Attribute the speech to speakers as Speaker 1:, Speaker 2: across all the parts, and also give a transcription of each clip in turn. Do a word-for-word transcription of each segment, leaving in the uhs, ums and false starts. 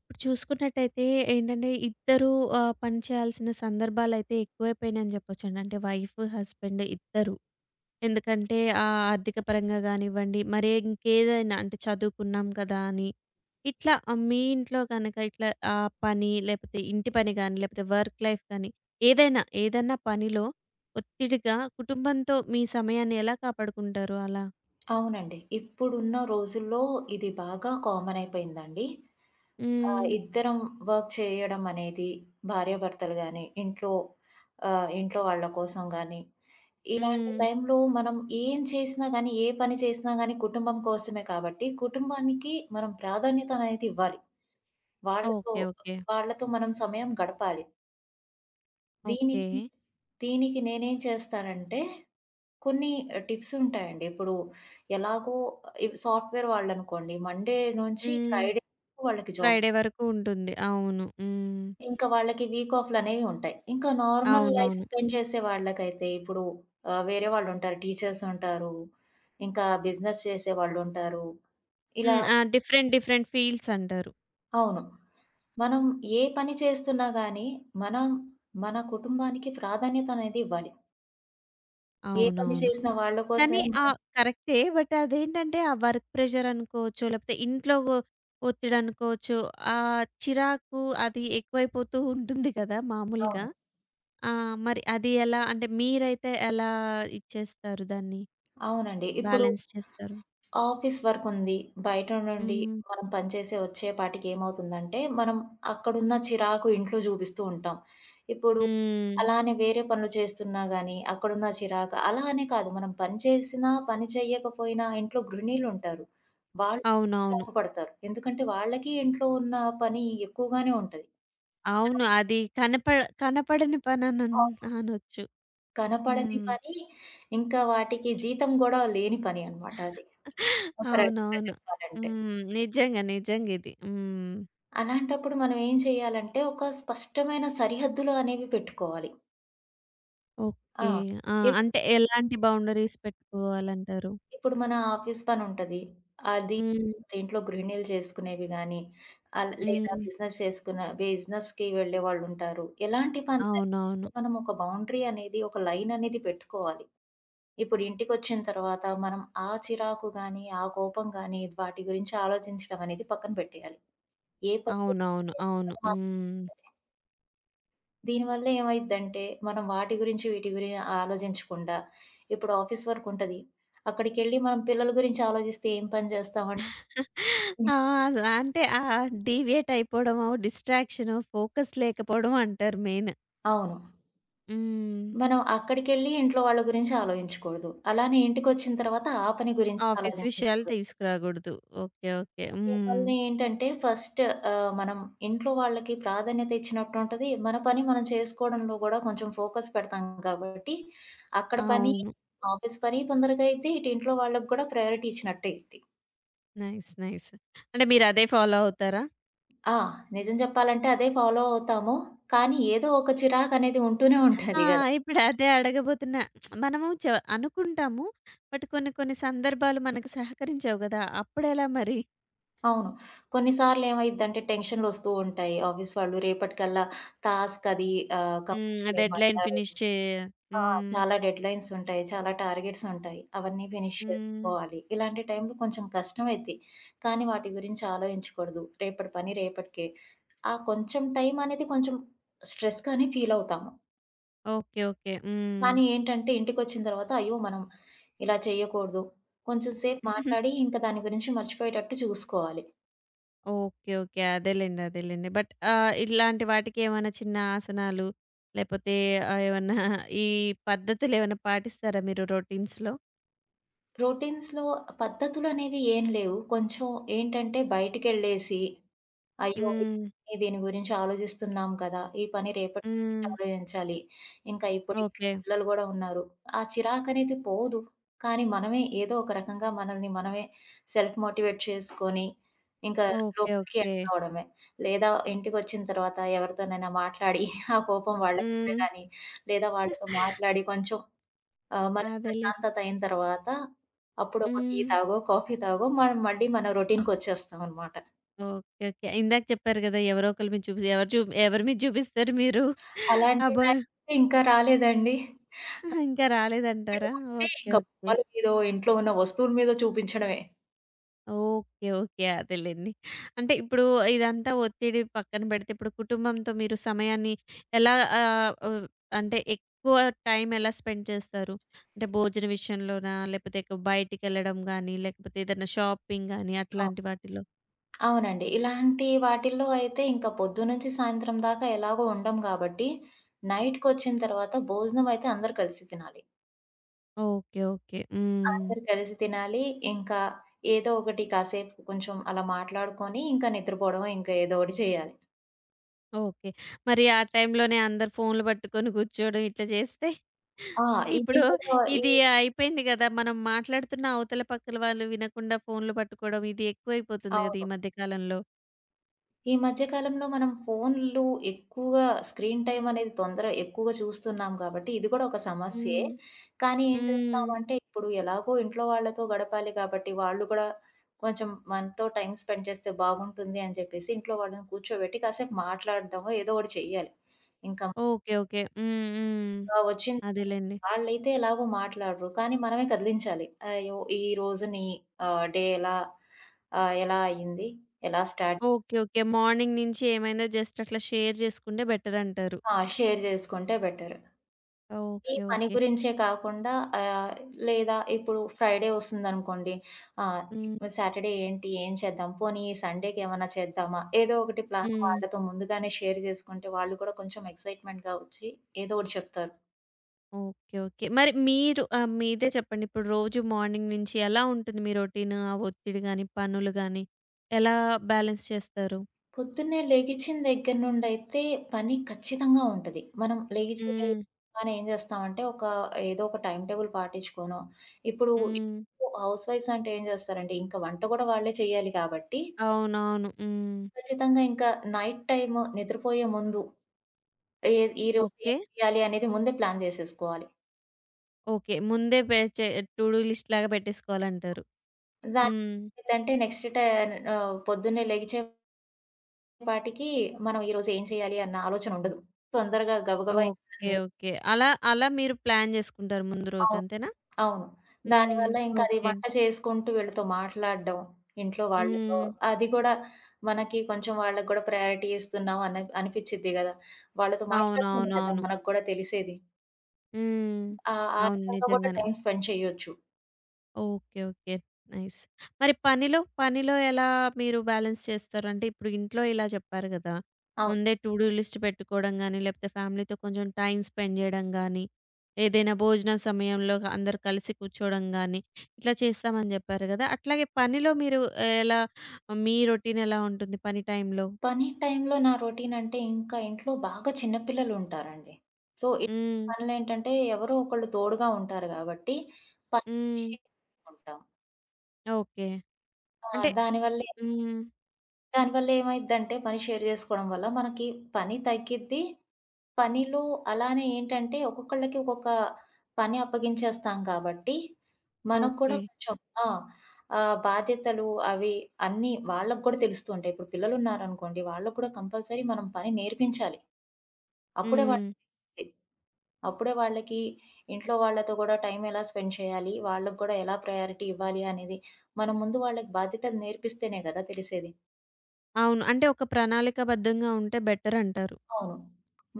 Speaker 1: ఇప్పుడు చూసుకున్నట్టయితే ఏంటంటే ఇద్దరూ ఆహ్, పని చేయాల్సిన సందర్భాలైతే ఎక్కువైపోయినాయి అని చెప్పొచ్చండి. అంటే వైఫ్, హస్బెండ్ ఇద్దరు. ఎందుకంటే ఆహ్, ఆర్థిక పరంగా గానివ్వండి, మరి ఇంకేదైనా అంటే చదువుకున్నాం కదా! అని ఇట్లా ఆహ్, మీ ఇంట్లో గనక ఇట్లా ఆహ్, పని లేకపోతే ఇంటి పని గాని, లేకపోతే వర్క్ లైఫ్ గాని ఏదైనా, ఏదన్నా పనిలో ఒత్తిడిగా కుటుంబంతో మీ సమయాన్ని ఎలా కాపాడుకుంటారు అలా?
Speaker 2: అవునండి. ఇప్పుడున్న రోజుల్లో ఇది బాగా కామన్ అయిపోయిందండి. ఆహ్,
Speaker 1: హ్మ్.
Speaker 2: ఇద్దరం వర్క్ చేయడం అనేది భార్యాభర్తలు గాని, ఇంట్లో ఆహ్, ఇంట్లో వాళ్ళ కోసం గాని, ఇలాంటి
Speaker 1: హ్మ్.
Speaker 2: టైంలో మనం ఏం చేసినా గాని, ఏ పని చేసినా గాని కుటుంబం కోసమే కాబట్టి, కుటుంబానికి మనం ప్రాధాన్యత అనేది ఇవ్వాలి. వాళ్ళతో
Speaker 1: ఓకే. ఓకే.
Speaker 2: వాళ్ళతో మనం సమయం గడపాలి.
Speaker 1: ఓకే.
Speaker 2: దీనికి దీనికి నేనేం చేస్తానంటే కొన్ని ఆహ్, టిప్స్ ఉంటాయండి. ఇప్పుడు ఎలాగో ఇవి సాఫ్ట్‌వేర్ వాళ్ళనుకోండి మండే నుంచి
Speaker 1: హ్మ్.
Speaker 2: ఫ్రైడే వాళ్ళకి జాబ్స్.
Speaker 1: ఫ్రైడే వరకు ఉంటుంది. అవును. హ్మ్.
Speaker 2: ఇంకా వాళ్ళకి వీక్ ఆఫ్‌లనేవి ఉంటాయి. ఇంకా నార్మల్ లైఫ్
Speaker 1: అవునవును.
Speaker 2: స్పెండ్ చేసే వాళ్ళకైతే ఇప్పుడు ఆహ్, వేరే వాళ్ళుంటారు. టీచర్స్ ఉంటారు. ఇంకా బిజినెస్ చేసే వాళ్ళుంటారు. ఇలా
Speaker 1: హ్మ్. ఆ! డిఫరెంట్, డిఫరెంట్ ఫీల్డ్స్ అంటారు.
Speaker 2: అవును. మనం ఏ పని చేస్తున్నా గానీ, మనం మన కుటుంబానికి ప్రాధాన్యత అనేది ఇవ్వాలి. ఏ పని
Speaker 1: అవునవును.
Speaker 2: చేసినా వాళ్ళ కోసమే
Speaker 1: కానీ
Speaker 2: మనం
Speaker 1: ఆహ్, కరెక్టే. బట్ అదేంటంటే ఆ వర్క్ ప్రెషర్ అనుకోవచ్చో, లేకపోతే ఇంట్లో ఒ ఒత్తిడి అనుకోవచ్చు. ఆ చిరాకు అది ఎక్కువైపోతూ ఉంటుంది కదా! మామూలుగా.
Speaker 2: అవును.
Speaker 1: ఆ! మరి అది ఎలా అంటే మీరైతే ఎలా ఇచ్చేస్తారు దాన్ని?
Speaker 2: అవునండి. ఇప్పుడు
Speaker 1: బ్యాలెన్స్ చేస్తారు?
Speaker 2: ఆఫీస్ వర్కుంది. బయట నుండి
Speaker 1: హ్మ్.
Speaker 2: మనం పనిచేసి వచ్చేపాటికి ఏమవుతుందంటే, మనం అక్కడున్న చిరాకు ఇంట్లో జూపిస్తూ ఉంటాం. ఇప్పుడు
Speaker 1: హ్మ్.
Speaker 2: అలా అని వేరే పనులు చేస్తున్నా గానీ, అక్కడున్న చిరాకు అలా అనే కాదు. మనం పని చేసినా, పని చెయ్యకపోయినా ఇంట్లో గృహిణీలుంటారు. వాళ్ళు కూడా
Speaker 1: అవునవును.
Speaker 2: చిరాకు పడతారు. ఎందుకంటే, వాళ్ళకి ఇంట్లో ఉన్న పని ఎక్కువగానే ఉంటది.
Speaker 1: అవును. అది కనప కనపడని పననన్
Speaker 2: అవును.
Speaker 1: అనొచ్చు.
Speaker 2: కనపడని
Speaker 1: హ్మ్.
Speaker 2: పని, ఇంకా వాటికి జీతం గూడా లేని పని అనమాట అది. ఒక రకంగా
Speaker 1: అవునవును.
Speaker 2: చెప్పాలంటే.
Speaker 1: హ్మ్. నిజంగా. నిజంగిది. హ్మ్.
Speaker 2: అలాంటప్పుడు మనం ఏం చేయాలంటే, ఒక స్పష్టమైన సరిహద్దులు అనేవి పెట్టుకోవాలి. ఆ!
Speaker 1: ఓకే. ఆ!
Speaker 2: ఇప్పుడు
Speaker 1: అంటే ఎలాంటి బౌండరీస్ పెట్టుకోవాలంటారు?
Speaker 2: ఇప్పుడు మన ఆఫీస్ పనుంటది. అది
Speaker 1: హ్మ్.
Speaker 2: ఇంట్లో గృహిణీలు చేసుకునేవి గానీ, ఆల్ లేదా
Speaker 1: హ్మ్.
Speaker 2: బిజినెస్ చేసుకున్న బిజినెస్‌కి వెళ్ళేవాళ్ళుంటారు. ఎలాంటి పనులైనా
Speaker 1: అవునవును.
Speaker 2: సరే మనం ఒక బౌండరీ అనేది, ఒక లైన్ అనేది పెట్టుకోవాలి. ఇప్పుడు ఇంటికొచ్చిన తర్వాత మనం ఆ చిరాకు గానీ, ఆ కోపం గానీ, వాటి గురించి ఆలోచించడం అనేది పక్కన పెట్టేయాలి. ఏ పని
Speaker 1: అవునవును.
Speaker 2: చేస్తే ఆ
Speaker 1: అవును.
Speaker 2: పని మాత్రమే
Speaker 1: హ్మ్.
Speaker 2: చేయాలి. దీనివల్ల ఏమైద్దంటే, మనం వాటి గురించి, వీటి గురించి ఆలోచించకుండా, ఇప్పుడు ఆఫీస్ వర్క్ ఉంటది. అక్కడికెళ్ళి మనం పిల్లల గురించి ఆలోచిస్తే ఏం పని చేస్తామండి? హ్మ్.
Speaker 1: ఆ! అసల అంటే ఆహ్, డీవియేట్ అయిపోవడమో, డిస్ట్రాక్షనో, ఫోకస్ లేకపోవడం అంటారు మెయిన్.
Speaker 2: అవును.
Speaker 1: హ్మ్.
Speaker 2: మనం అక్కడికెళ్ళి ఇంట్లో వాళ్ళ గురించి ఆలోచించకూడదు. అలానే ఇంటికొచ్చిన తర్వాత ఆ పని గురించి
Speaker 1: ఆఫీస్ విషయాలు
Speaker 2: ఆలోచించకూడదు.
Speaker 1: తీసుకురాకూడదు. ఓకే. ఓకే.
Speaker 2: దీనివల్ల
Speaker 1: హ్మ్.
Speaker 2: ఏంటంటే ఫస్ట్ ఆహ్, మనం ఇంట్లో వాళ్ళకి ప్రాధాన్యత ఇచ్చినట్టుంటది. మన పని మనం చేసుకోవడంలో గూడా కొంచెం ఫోకస్ పెడతాం కాబట్టి, అక్కడ పని,
Speaker 1: అవును.
Speaker 2: ఆఫీస్ పని తొందరగా అయిద్ది. ఇటు ఇంట్లో వాళ్ళకి గూడా ప్రయారిటీ ఇచ్చినట్టే అయిద్ది.
Speaker 1: నైస్. నైస్. అంటే మీరదే ఫాలో అవుతారా?
Speaker 2: ఆ! నిజం చెప్పాలంటే అదే ఫాలో అవుతాము. కానీ ఏదో ఒక చిరాకనేది ఉంటూనే
Speaker 1: ఆ!
Speaker 2: ఉంటది గదా!
Speaker 1: ఇప్పుడదే అడగబోతున్నా. మనము చ అనుకుంటాము. బట్ కొన్ని కొన్ని సందర్భాలు మనకు సహకరించవు గదా! అప్పుడెలా మరి?
Speaker 2: అవును. కొన్నిసార్లు ఏమైద్దంటే టెన్షన్‌లొస్తూ ఉంటాయి. ఆఫీస్ వాళ్ళు రేపటికల్లా టాస్క్ అది ఆహ్, కంప్లీట్
Speaker 1: హ్మ్. డెడ్‌లైన్
Speaker 2: చేయమంటారు.
Speaker 1: ఫినిష్ చే
Speaker 2: ఆ!
Speaker 1: హ్మ్.
Speaker 2: చాలా డెడ్‌లైన్స్ ఉంటాయి. చాలా టార్గెట్స్ ఉంటాయి. అవన్నీ ఫినిష్
Speaker 1: హ్మ్.
Speaker 2: చేసుకోవాలి. ఇలాంటి టైంలో కొంచెం కష్టమైద్ది. కానీ వాటి గురించి ఆలోచించకూడదు. రేపటి పని రేపటికే. ఆ కొంచెం టైం అనేది కొంచెం స్ట్రెస్‌గానే ఫీల్ అవుతాము.
Speaker 1: ఓకే. ఓకే. హ్మ్.
Speaker 2: కానీ ఏంటంటే ఇంటికొచ్చిన తర్వాత అయ్యో! మనం ఇలా చేయకూడదు. కొంచెం సేపు మాట్లాడి ఇంకా దాని గురించి మర్చిపోయేటట్టు చూసుకోవాలి.
Speaker 1: ఓకే. ఓకే. అదేలెండి. అదేలెండి. బట్ ఆహ్, ఇట్లాంటి వాటికి ఏమైనా చిన్న ఆసనాలు లేపోతే ఆహ్, ఏమన్నా ఈ పద్ధతులేమైనా పాటిస్తారా మీరు రొటీన్స్‌లో?
Speaker 2: ప్రోటీన్స్‌లో పద్ధతులనేవి ఏం లేవు. కొంచెం ఏంటంటే బయటికెళ్ళేసి, అయ్యో!
Speaker 1: హ్మ్.
Speaker 2: ఈ దీని గురించి ఆలోచిస్తున్నాం కదా! ఈ పని రేపటి గురించి
Speaker 1: హ్మ్.
Speaker 2: ఆలోచించాలి. ఇంకా ఇప్పుడు ఇంట్లో
Speaker 1: ఓకే.
Speaker 2: పిల్లలు గూడా ఉన్నారు. ఆ చిరాకనేది పోదు. కానీ మనమే ఏదో ఒక రకంగా మనల్ని మనమే సెల్ఫ్ మోటివేట్ చేసుకొని, ఇంకా
Speaker 1: ఓకే.
Speaker 2: లోపలికి
Speaker 1: ఓకే.
Speaker 2: ఎంటర్ అవ్వడమే. లేదా ఇంటికొచ్చిన తర్వాత ఎవరితోనైనా మాట్లాడి, ఆ కోపం వాళ్ళ మీద
Speaker 1: హ్మ్.
Speaker 2: గానీ, లేదా వాళ్ళతో మాట్లాడి కొంచెం ఆహ్, మనసు
Speaker 1: అదేలే.
Speaker 2: ప్రశాంతత అయిన తర్వాత అప్పుడు ఒక టీ
Speaker 1: హ్మ్.
Speaker 2: తాగో, కాఫీ తాగో మనం మళ్ళీ మన రొటీన్‌కొచ్చేస్తామనమాట.
Speaker 1: ఓకే. ఓకే. ఇందాక చెప్పారు గదా! ఎవరో ఒకళ్ళ మీద చూపిసి ఎవరు చూ ఎవరి మీద చూపిస్తారు మీరు?
Speaker 2: అలాంటి
Speaker 1: అబ్బా!
Speaker 2: టైం ఇంకా రాలేదండి.
Speaker 1: ఇంకా
Speaker 2: వీళ్ళు
Speaker 1: రాలేదంటారా?
Speaker 2: అంటే
Speaker 1: ఓకే.
Speaker 2: ఇంక
Speaker 1: ఓకే.
Speaker 2: బొమ్మల మీదో, ఇంట్లో ఉన్న వస్తువుల మీదో చూపించడమే.
Speaker 1: ఓకే. ఓకే. అదేలెండి. అంటే ఇప్పుడు ఇదంతా ఒత్తిడి పక్కన పెడితే ఇప్పుడు కుటుంబంతో మీరు సమయాన్ని ఎలా ఆహ్, ఆహ్, అంటే ఎక్కువ టైం ఎలా స్పెండ్ చేస్తారు? అంటే భోజన విషయంలోనా? లేకపోతే ఎక్ బయటికెళ్ళడం గానీ, లేకపోతే ఏదైనా షాపింగ్ గానీ అట్లాంటి
Speaker 2: అవును.
Speaker 1: వాటిలో?
Speaker 2: అవునండి. ఇలాంటి వాటిల్లో అయితే ఇంకా పొద్దు నుంచి సాయంత్రం దాకా ఎలాగో ఉండం కాబట్టి, నైట్‌కొచ్చిన తర్వాత భోజనం అయితే అందరూ కలిసి తినాలి.
Speaker 1: ఓకే. ఓకే. హ్మ్.
Speaker 2: అందరూ కలిసి తినాలి. ఇంకా ఏదో ఒకటి కాసేపు కొంచెం అలా మాట్లాడుకొని ఇంకా నిద్రపోవడమో, ఇంకా ఏదో ఒకటి చేయాలి.
Speaker 1: ఓకే. మరి ఆ టైంలోనే అందరు ఫోన్‌లు పట్టుకొని కూర్చోవడం ఇట్లా చేస్తే
Speaker 2: ఆ! ఇది
Speaker 1: ఇప్పుడు
Speaker 2: కూడా ఈ
Speaker 1: ఇది అయిపోయింది గదా! మనం మాట్లాడుతున్న అవతల పక్కల వాళ్ళు వినకుండా ఫోన్‌లు పట్టుకోవడం ఇది ఎక్కువైపోతుంది గదా!
Speaker 2: అవును.
Speaker 1: ఈ మధ్య కాలంలో.
Speaker 2: ఈ మధ్య కాలంలో మనం ఫోన్లు ఎక్కువగా స్క్రీన్ టైమ్ అనేది తొందర ఎక్కువగా చూస్తున్నాం కాబట్టి, ఇది కూడా ఒక సమస్యే.
Speaker 1: హ్మ్.
Speaker 2: కానీ ఏం
Speaker 1: హ్మ్.
Speaker 2: చేస్తామంటే, ఇప్పుడు ఎలాగో ఇంట్లో వాళ్ళతో గడపాలి కాబట్టి, వాళ్ళు కూడా కొంచెం మనతో టైమ్ స్పెండ్ చేస్తే బాగుంటుంది అని చెప్పేసి, ఇంట్లో వాళ్ళని కూర్చోబెట్టి కాసేపు మాట్లాడడమో ఏదో ఒకటి చెయ్యాలి. ఇంకా
Speaker 1: ఓకే. ఓకే. హ్మ్. హ్మ్.
Speaker 2: ఇంకా వచ్చింది
Speaker 1: అదేలెండి.
Speaker 2: వాళ్ళైతే ఎలాగో మాట్లాడరు. కానీ మనమే కదిలించాలి. అయ్యో! ఈ రోజు నీ ఆహ్, డే ఎలా ఆహ్, ఎలా అయింది? ఎలా స్టార్ట్
Speaker 1: ఓకే. ఓకే. మార్నింగ్ నుంచి ఏమైందో జస్ట్ అట్లా షేర్ చేసుకుంటే బెటర్ అంటారు.
Speaker 2: ఆ! షేర్ చేసుకుంటే బెటర్. ఈ
Speaker 1: ఓకే.
Speaker 2: పని
Speaker 1: ఓకే.
Speaker 2: గురించే కాకుండా ఆహ్, లేదా ఇప్పుడు ఫ్రైడే వస్తుందనుకోండి. ఆహ్,
Speaker 1: హ్మ్.
Speaker 2: సాటర్డే ఏంటి? ఏం చేద్దాం? పోనీ సండేకి ఏమన్నా చేద్దామా? ఏదో ఒకటి ప్లాన్
Speaker 1: హ్మ్.
Speaker 2: వాళ్ళతో ముందుగానే షేర్ చేసుకుంటే వాళ్ళు కూడా కొంచెం ఎక్సైట్‌మెంట్‌గా వచ్చి ఏదో ఒకటి చెప్తారు.
Speaker 1: ఓకే. ఓకే. మరి మీరు ఆహ్, మీదే చెప్పండి. ఇప్పుడు రోజు మార్నింగ్ నుంచి ఎలా ఉంటుంది మీ రొటీన్? ఆ ఒత్తిడి గాని, పనులు గాని ఎలా బ్యాలెన్స్ చేస్తారు?
Speaker 2: పొద్దున్నే లెగిచిన దగ్గర నుండైతే పని ఖచ్చితంగా ఉంటది. మనం లెగిచి
Speaker 1: హ్మ్.
Speaker 2: లేవగానే ఏం చేస్తామంటే ఒక ఏదో ఒక టైమ్ టేబుల్ పాటించుకోనో ఇప్పుడు
Speaker 1: హ్మ్.
Speaker 2: హౌస్ వైఫ్స్ అంటే ఏం చేస్తారంటే ఇంకా వంట కూడా వాళ్ళే చేయాలి కాబట్టి
Speaker 1: అవునవును. హ్మ్.
Speaker 2: ఖచ్చితంగా ఇంకా నైట్ టైము నిద్రపోయే ముందు ఏ ఈరోజు ఏం
Speaker 1: ఓకే.
Speaker 2: చేయాలి అనేది ముందే ప్లాన్ జేసేసుకోవాలి.
Speaker 1: ఓకే. ముందే పె చే టు డూ లిస్ట్ లాగా పెట్టేసుకోవాలంటారు. హ్మ్.
Speaker 2: దానికేంటంటే నెక్స్ట్ ట ఆహ్, పొద్దున్నే లెగిచేపాటికి మనం ఈరోజు ఏం చేయాలి అన్న ఆలోచన ఉండదు. తొందరగా గబగబా ఇంక దాని
Speaker 1: ఓకే.
Speaker 2: మీద
Speaker 1: ఓకే. అలా అలా మీరు ప్లాన్ చేసుకుంటారు ముందు రోజు
Speaker 2: అవును.
Speaker 1: అంతేనా?
Speaker 2: అవును.
Speaker 1: హ్మ్.
Speaker 2: దానివల్ల ఇంకా అది
Speaker 1: ఓకే.
Speaker 2: వంట చేసుకుంటూ వీళ్ళతో మాట్లాడడం, ఇంట్లో వాళ్ళతో
Speaker 1: హ్మ్.
Speaker 2: అది గూడా మనకి కొంచెం వాళ్ళకి గూడా ప్రయారిటీ ఇస్తున్నాం అని అనిపిచ్చిద్ది గదా! వాళ్ళతో మాట్లాడితేనే కదా!
Speaker 1: అవునవునవును. హ్మ్. అవును.
Speaker 2: మనకు గూడా తెలిసేది.
Speaker 1: ఉమ్,
Speaker 2: ఆహ్, ఆ
Speaker 1: అవును,
Speaker 2: రకంగా గూడా
Speaker 1: నిజంగానే.
Speaker 2: టైమ్ స్పెండ్ చేయొచ్చు.
Speaker 1: ఓకే. ఓకే. నైస్. మరి పనిలో, పనిలో ఎలా మీరు బ్యాలెన్స్ చేస్తారు? అంటే ఇప్పుడు ఇంట్లో ఇలా చెప్పారు గదా!
Speaker 2: అవును.
Speaker 1: ముందే టు డూ లిస్ట్ పెట్టుకోవడం గానీ, లేకపోతే ఫ్యామిలీతో కొంచెం టైమ్ స్పెండ్ జేయడం గానీ, ఏదైనా భోజనం సమయంలో అందరూ కలిసి కూర్చోవడం గానీ, ఇట్లా చేస్తామని జెప్పారు గదా! అట్లాగే పనిలో మీరు ఎలా మీ రొటీన్ ఎలా ఉంటుంది పని టైంలో?
Speaker 2: పని టైంలో నా రొటీన్ అంటే ఇంకా ఇంట్లో బాగా చిన్న పిల్లలు ఉంటారండి. సో, ఇలాంటి
Speaker 1: హ్మ్.
Speaker 2: పనులేంటంటే ఎవరో ఒకళ్ళు తోడుగా ఉంటారు గాబట్టి పని
Speaker 1: హ్మ్.
Speaker 2: షేర్ చేసుకుంటాం.
Speaker 1: ఓకే.
Speaker 2: ఆ!
Speaker 1: అంటే
Speaker 2: దానివల్ల
Speaker 1: హ్మ్.
Speaker 2: దానివల్ల ఏమైద్దంటే పని షేర్ జేసుకోవడం వల్ల మనకి పని తగ్గిద్ది. పనిలో అలానే ఏంటంటే ఒక్కొక్కళ్ళకి ఒక్కొక్క పని అప్పగించేస్తాం కాబట్టి మనకు కూడా
Speaker 1: ఓకే.
Speaker 2: కొంచెం ఆ! ఆహ్, బాధ్యతలు అవి అన్నీ వాళ్ళకి గూడా తెలుస్తూ ఉంటాయి. ఇప్పుడు పిల్లలున్నారనుకోండి వాళ్ళకి కూడా కంపల్సరీ మనం పని నేర్పించాలి. అప్పుడే వాళ్ళు
Speaker 1: హ్మ్.
Speaker 2: అప్పుడే వాళ్ళకి ఇంట్లో వాళ్ళతో గూడా టైం ఎలా స్పెండ్ చేయాలి? వాళ్ళకి గూడా ఎలా ప్రయారిటీ ఇవ్వాలి అనేది మనం ముందు వాళ్ళకి బాధ్యతలు నేర్పిస్తేనే గదా తెలిసేది.
Speaker 1: అవును. అంటే ఒక ప్రణాళికాబద్ధంగా ఉంటే బెటర్ అంటారు.
Speaker 2: అవును.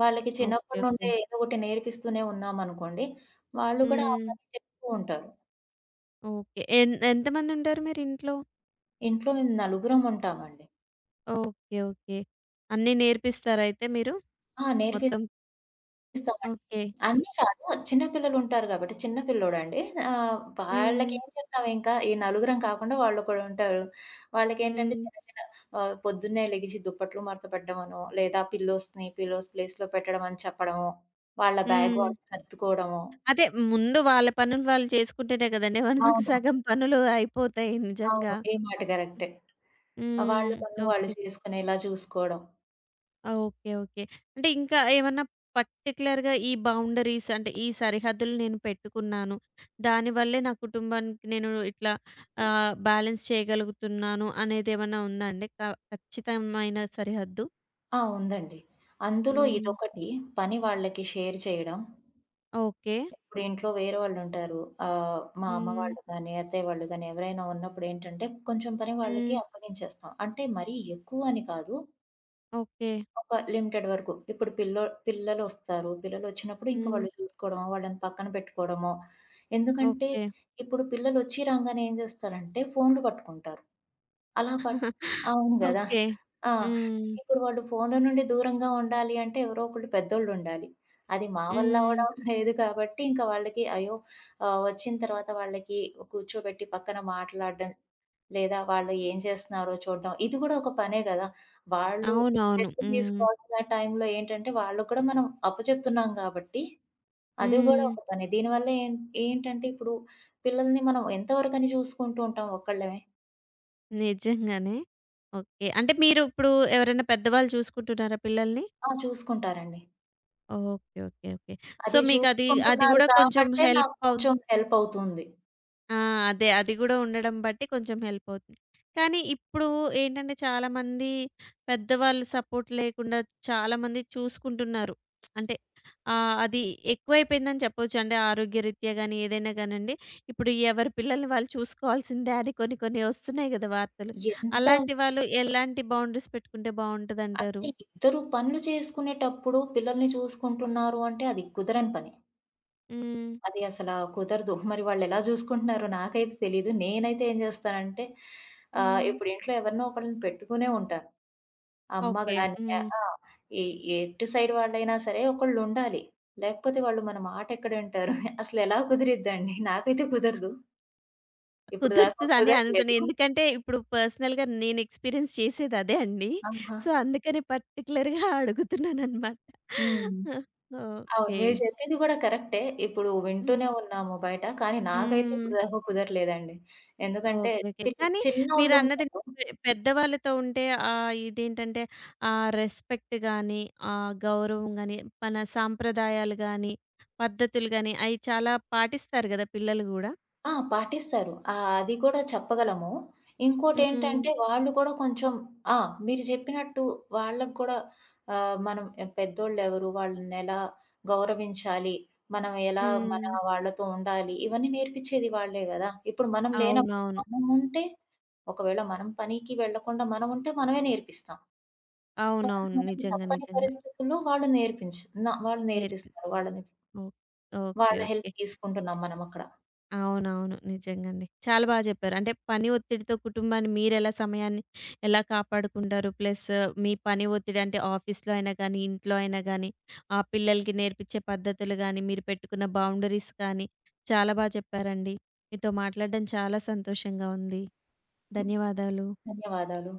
Speaker 2: వాళ్ళకి
Speaker 1: ఓకే.
Speaker 2: చిన్నప్పటి నుండే
Speaker 1: ఓకే.
Speaker 2: ఏదో ఒకటి నేర్పిస్తూనే ఉన్నామనుకోండి, వాళ్ళు కూడా ఆ
Speaker 1: హ్మ్.
Speaker 2: పని చేస్తూ ఉంటారు.
Speaker 1: ఓకే. ఎన్ ఎంతమందుంటారు మీరింట్లో?
Speaker 2: ఇంట్లో మేము నలుగురం ఉంటామండి.
Speaker 1: ఓకే. ఓకే. అన్నీ నేర్పిస్తారయితే మీరు
Speaker 2: ఆ! నేర్పి
Speaker 1: మొత్తం?
Speaker 2: ఇస్తామండి.
Speaker 1: ఓకే.
Speaker 2: అన్నీ కాదు. చిన్న పిల్లలుంటారు గాబట్టి, చిన్న పిల్లోడండి. ఆహ్,
Speaker 1: హ్మ్.
Speaker 2: వాళ్ళకేం చెప్తాం ఇంకా, ఈ నలుగురం కాకుండా వాళ్ళొకడుంటారు. వాళ్ళకేంటంటే
Speaker 1: హ్మ్.
Speaker 2: చిన్న చిన్న ఆహ్, పొద్దున్నే లెగిసి దుప్పట్లు మడత పెట్టడమనో, లేదా పిల్లోస్‌ని పిల్లోస్ ప్లేస్‌లో పెట్టడం అని చెప్పడమో, వాళ్ళ బ్యాగ్
Speaker 1: హ్మ్.
Speaker 2: వాళ్ళు సర్దుకోవడమో
Speaker 1: అదే ముందు వాళ్ళ పనులు వాళ్ళు చేసుకుంటేనే కదండీ మనకి
Speaker 2: అవును.
Speaker 1: సగం పనులు అయిపోతాయి
Speaker 2: అవును.
Speaker 1: నిజంగా.
Speaker 2: ఈ మాట కరెక్టే. వాళ్ళ
Speaker 1: హ్మ్.
Speaker 2: పనులు వాళ్ళు
Speaker 1: ఓకే.
Speaker 2: చేసుకునేలా చూసుకోవడం.
Speaker 1: ఆ! ఓకే. ఓకే. అంటే ఇంకా ఏమన్నా పర్టిక్యులర్‌గా ఈ బౌండరీస్ అంటే ఈ సరిహద్దులు నేను పెట్టుకున్నాను. దానివల్లే నా కుటుంబానికి నేను ఇట్లా ఆహ్, బ్యాలెన్స్ చేయగలుగుతున్నాను అనేదేమన్నా ఉందా అండి? క ఖచ్చితమైన సరిహద్దు?
Speaker 2: ఆ! ఉందండి. అందులో
Speaker 1: హ్మ్.
Speaker 2: ఇదొకటి. పని వాళ్ళకి షేర్ చేయడం.
Speaker 1: ఓకే.
Speaker 2: ఇప్పుడు ఇంట్లో వేరే వాళ్ళుంటారు. ఆహ్, మా అమ్మ
Speaker 1: హ్మ్.
Speaker 2: వాళ్ళు గాని, అత్తయ్య వాళ్ళు గాని ఎవరైనా ఉన్నప్పుడేంటంటే కొంచెం పని వాళ్ళకి
Speaker 1: హ్మ్.
Speaker 2: అప్పగించేస్తాం. అంటే మరీ ఎక్కువ అని కాదు.
Speaker 1: ఓకే.
Speaker 2: ఒక లిమిటెడ్ వరకు. ఇప్పుడు పిల్లో పిల్లలొస్తారు. పిల్లలొచ్చినప్పుడు ఇంక
Speaker 1: హ్మ్.
Speaker 2: వాళ్ళు చూసుకోవడమో, వాళ్ళని పక్కన పెట్టుకోవడమో. ఎందుకంటే
Speaker 1: ఓకే.
Speaker 2: ఇప్పుడు పిల్లలొచ్చి రాంగానే ఏం చేస్తారంటే ఫోన్‌లు పట్టుకుంటారు. అలా పట్ అవును గదా!
Speaker 1: ఓకే.
Speaker 2: ఆ!
Speaker 1: హ్మ్.
Speaker 2: ఇప్పుడు వాళ్ళు ఫోన్‌ల నుండి దూరంగా ఉండాలి అంటే ఎవరో ఒకళ్ళు పెద్దోళ్ళుండాలి. అది మా వల్ల
Speaker 1: హ్మ్.
Speaker 2: అవ్వడం లేదు కాబట్టి ఇంకా వాళ్ళకి అయ్యో! ఆహ్, వచ్చిన తర్వాత వాళ్ళకి కూర్చోబెట్టి పక్కన మాట్లాడడం, లేదా వాళ్ళు ఏం చేస్తున్నారో చూడడం ఇది గూడా ఒక పనే గదా! వాళ్ళు
Speaker 1: అవునవును.
Speaker 2: రెస్ట్
Speaker 1: హ్మ్.
Speaker 2: తీసుకోవాల్సిన టైంలో ఏంటంటే, వాళ్ళకి కూడా మనం అప్పచెప్తున్నాం గాబట్టి, అది గూడా
Speaker 1: హ్మ్.
Speaker 2: ఒక పని. దీనివల్ల ఏం ఏంటంటే, ఇప్పుడు పిల్లల్ని మనం ఎంతవరకని చూసుకుంటూ ఉంటాం ఒక్కళ్ళమే.
Speaker 1: నిజంగానే. ఓకే. అంటే మీరు ఇప్పుడు ఎవరైనా పెద్దవాళ్ళు చూసుకుంటున్నారా పిల్లల్ని?
Speaker 2: ఆ! చూసుకుంటారండి.
Speaker 1: ఓకే. ఓకే. ఓకే. సో,
Speaker 2: అది
Speaker 1: మీకది అది
Speaker 2: చూసుకుంటున్నారు
Speaker 1: గూడా కొంచెం
Speaker 2: కాబట్టే
Speaker 1: హెల్ప్
Speaker 2: నాకు
Speaker 1: అవు
Speaker 2: కొంచెం హెల్పవుతుంది.
Speaker 1: ఆ! అదే. అది గూడా ఉండడం బట్టి కొంచెం హెల్ప్ అవుతుంది. కానీ ఇప్పుడు ఏంటంటే చాలామంది పెద్దవాళ్ళు సపోర్ట్ లేకుండా చాలామంది చూసుకుంటున్నారు. అంటే ఆహ్, అది ఎక్కువైపోయిందని చెప్పొచ్చు. అంటే ఆరోగ్యరీత్యా గాని, ఏదైనా గానండి. ఇప్పుడు ఎవరి పిల్లల్ని వాళ్ళు చూసుకోవాల్సిందే అని కొన్ని కొన్ని వస్తున్నాయి గదా వార్తలు.
Speaker 2: ఎంత
Speaker 1: అలాంటి వాళ్ళు ఎలాంటి బౌండరీస్ పెట్టుకుంటే బావుంటదంటారు?
Speaker 2: అంటే, ఇద్దరు పనులు చేసుకునేటప్పుడు పిల్లల్ని చూసుకుంటున్నారు అంటే, అది కుదరని పని.
Speaker 1: హ్మ్.
Speaker 2: అది అసలా కుదరదు. మరి వాళ్ళెలా జూసుకుంటున్నారో నాకైతే తెలీదు. నేనైతే ఏం జేస్తానంటే ఆహ్,
Speaker 1: హ్మ్.
Speaker 2: ఇప్పుడు ఇంట్లో ఎవరినో ఒకళ్ళని పెట్టుకునే ఉంటాను. అమ్మ
Speaker 1: ఓకే.
Speaker 2: గాని
Speaker 1: హ్మ్.
Speaker 2: ఆ! ఎ ఎటు సైడ్ వాళ్ళైనా సరే ఒకళ్ళుండాలి. లేకపోతే వాళ్ళు మన మాటెక్కడ వింటారు? అసలెలా కుదిరిద్దండి? నాకైతే కుదరదు. ఇప్పుడు దాకా
Speaker 1: కుదురుతదని అనుకుని.
Speaker 2: కుదరలేదు.
Speaker 1: ఎందుకంటే, ఇప్పుడు పర్సనల్‌గా నేను ఎక్స్‌పీరియన్స్ చేసేది అదే అండి.
Speaker 2: ఆహా!
Speaker 1: సో, అందుకని పర్టిక్యులర్‌గా అడుగుతున్నాననమాట.
Speaker 2: హ్మ్. అవును.
Speaker 1: ఓకే.
Speaker 2: మీరు చెప్పింది గూడా కరెక్టే. ఇప్పుడు
Speaker 1: హ్మ్.
Speaker 2: వింటూనే ఉన్నాము బయట. కానీ నాకైతే
Speaker 1: హ్మ్.
Speaker 2: ఇప్పుడు దాకా కుదరలేదండి. ఎందుకంటే
Speaker 1: ఓకే. ఓకే.
Speaker 2: పిల్
Speaker 1: కానీ మీరన్నది
Speaker 2: చిన్నోళ్ళుంటారు
Speaker 1: పె పెద్దవాళ్ళతో ఉంటే ఆహ్, ఇదేంటంటే, ఆ రెస్పెక్ట్ గాని, ఆ గౌరవం గాని, మన సాంప్రదాయాలు గాని, పద్ధతులు గాని అయి చాలా పాటిస్తారు గదా! పిల్లలు గూడా.
Speaker 2: ఆ! పాటిస్తారు. ఆహ్, అది కూడా చెప్పగలము.
Speaker 1: హ్మ్.
Speaker 2: ఇంకోటేంటంటే వాళ్ళు కూడా కొంచెం ఆ! మీరు చెప్పినట్టు వాళ్ళకి కూడా ఆహ్, మనం పెద్దోళ్ళెవరు, వాళ్ళనెలా గౌరవించాలి, మనం ఎలా మన
Speaker 1: హ్మ్.
Speaker 2: వాళ్ళతో ఉండాలి, ఇవన్నీ నేర్పించేది వాళ్ళే గదా! ఇప్పుడు మనం లేనప్పుడు
Speaker 1: అవునవును.
Speaker 2: మనముంటే ఒకవేళ మనం పనికి వెళ్ళకుండా మనముంటే మనమే నేర్పిస్తాం. కానీ
Speaker 1: అవునవును.
Speaker 2: మనకి
Speaker 1: నిజంగా.
Speaker 2: తప్పని
Speaker 1: నిజంగా.
Speaker 2: పరిస్థితుల్లో వాళ్ళు నేర్పించ న వాళ్ళు
Speaker 1: నేర్పి
Speaker 2: నేర్పిస్తారు. వాళ్ళని
Speaker 1: ఓహ్!
Speaker 2: వాళ్ళ
Speaker 1: ఓకే.
Speaker 2: Help
Speaker 1: okay.
Speaker 2: తీసుకుంటున్నాం మనమక్కడ.
Speaker 1: అవునవును. నిజంగండి. చాలా బా జెప్పారు. అంటే పని ఒత్తిడితో కుటుంబాన్ని మీరెలా సమయాన్ని ఎలా కాపాడుకుంటారు? ప్లస్ మీ పని ఒత్తిడి అంటే ఆఫీస్‌లో అయినా గానీ, ఇంట్లో అయినా గానీ, ఆ పిల్లలకి నేర్పించే పద్ధతులు గానీ, మీరు పెట్టుకున్న బౌండరీస్ కానీ, చాలా బా చెప్పారండి. మీతో మాట్లాడడం చాలా సంతోషంగా ఉంది. ధన్యవాదాలు.
Speaker 2: ధన్యవాదాలు.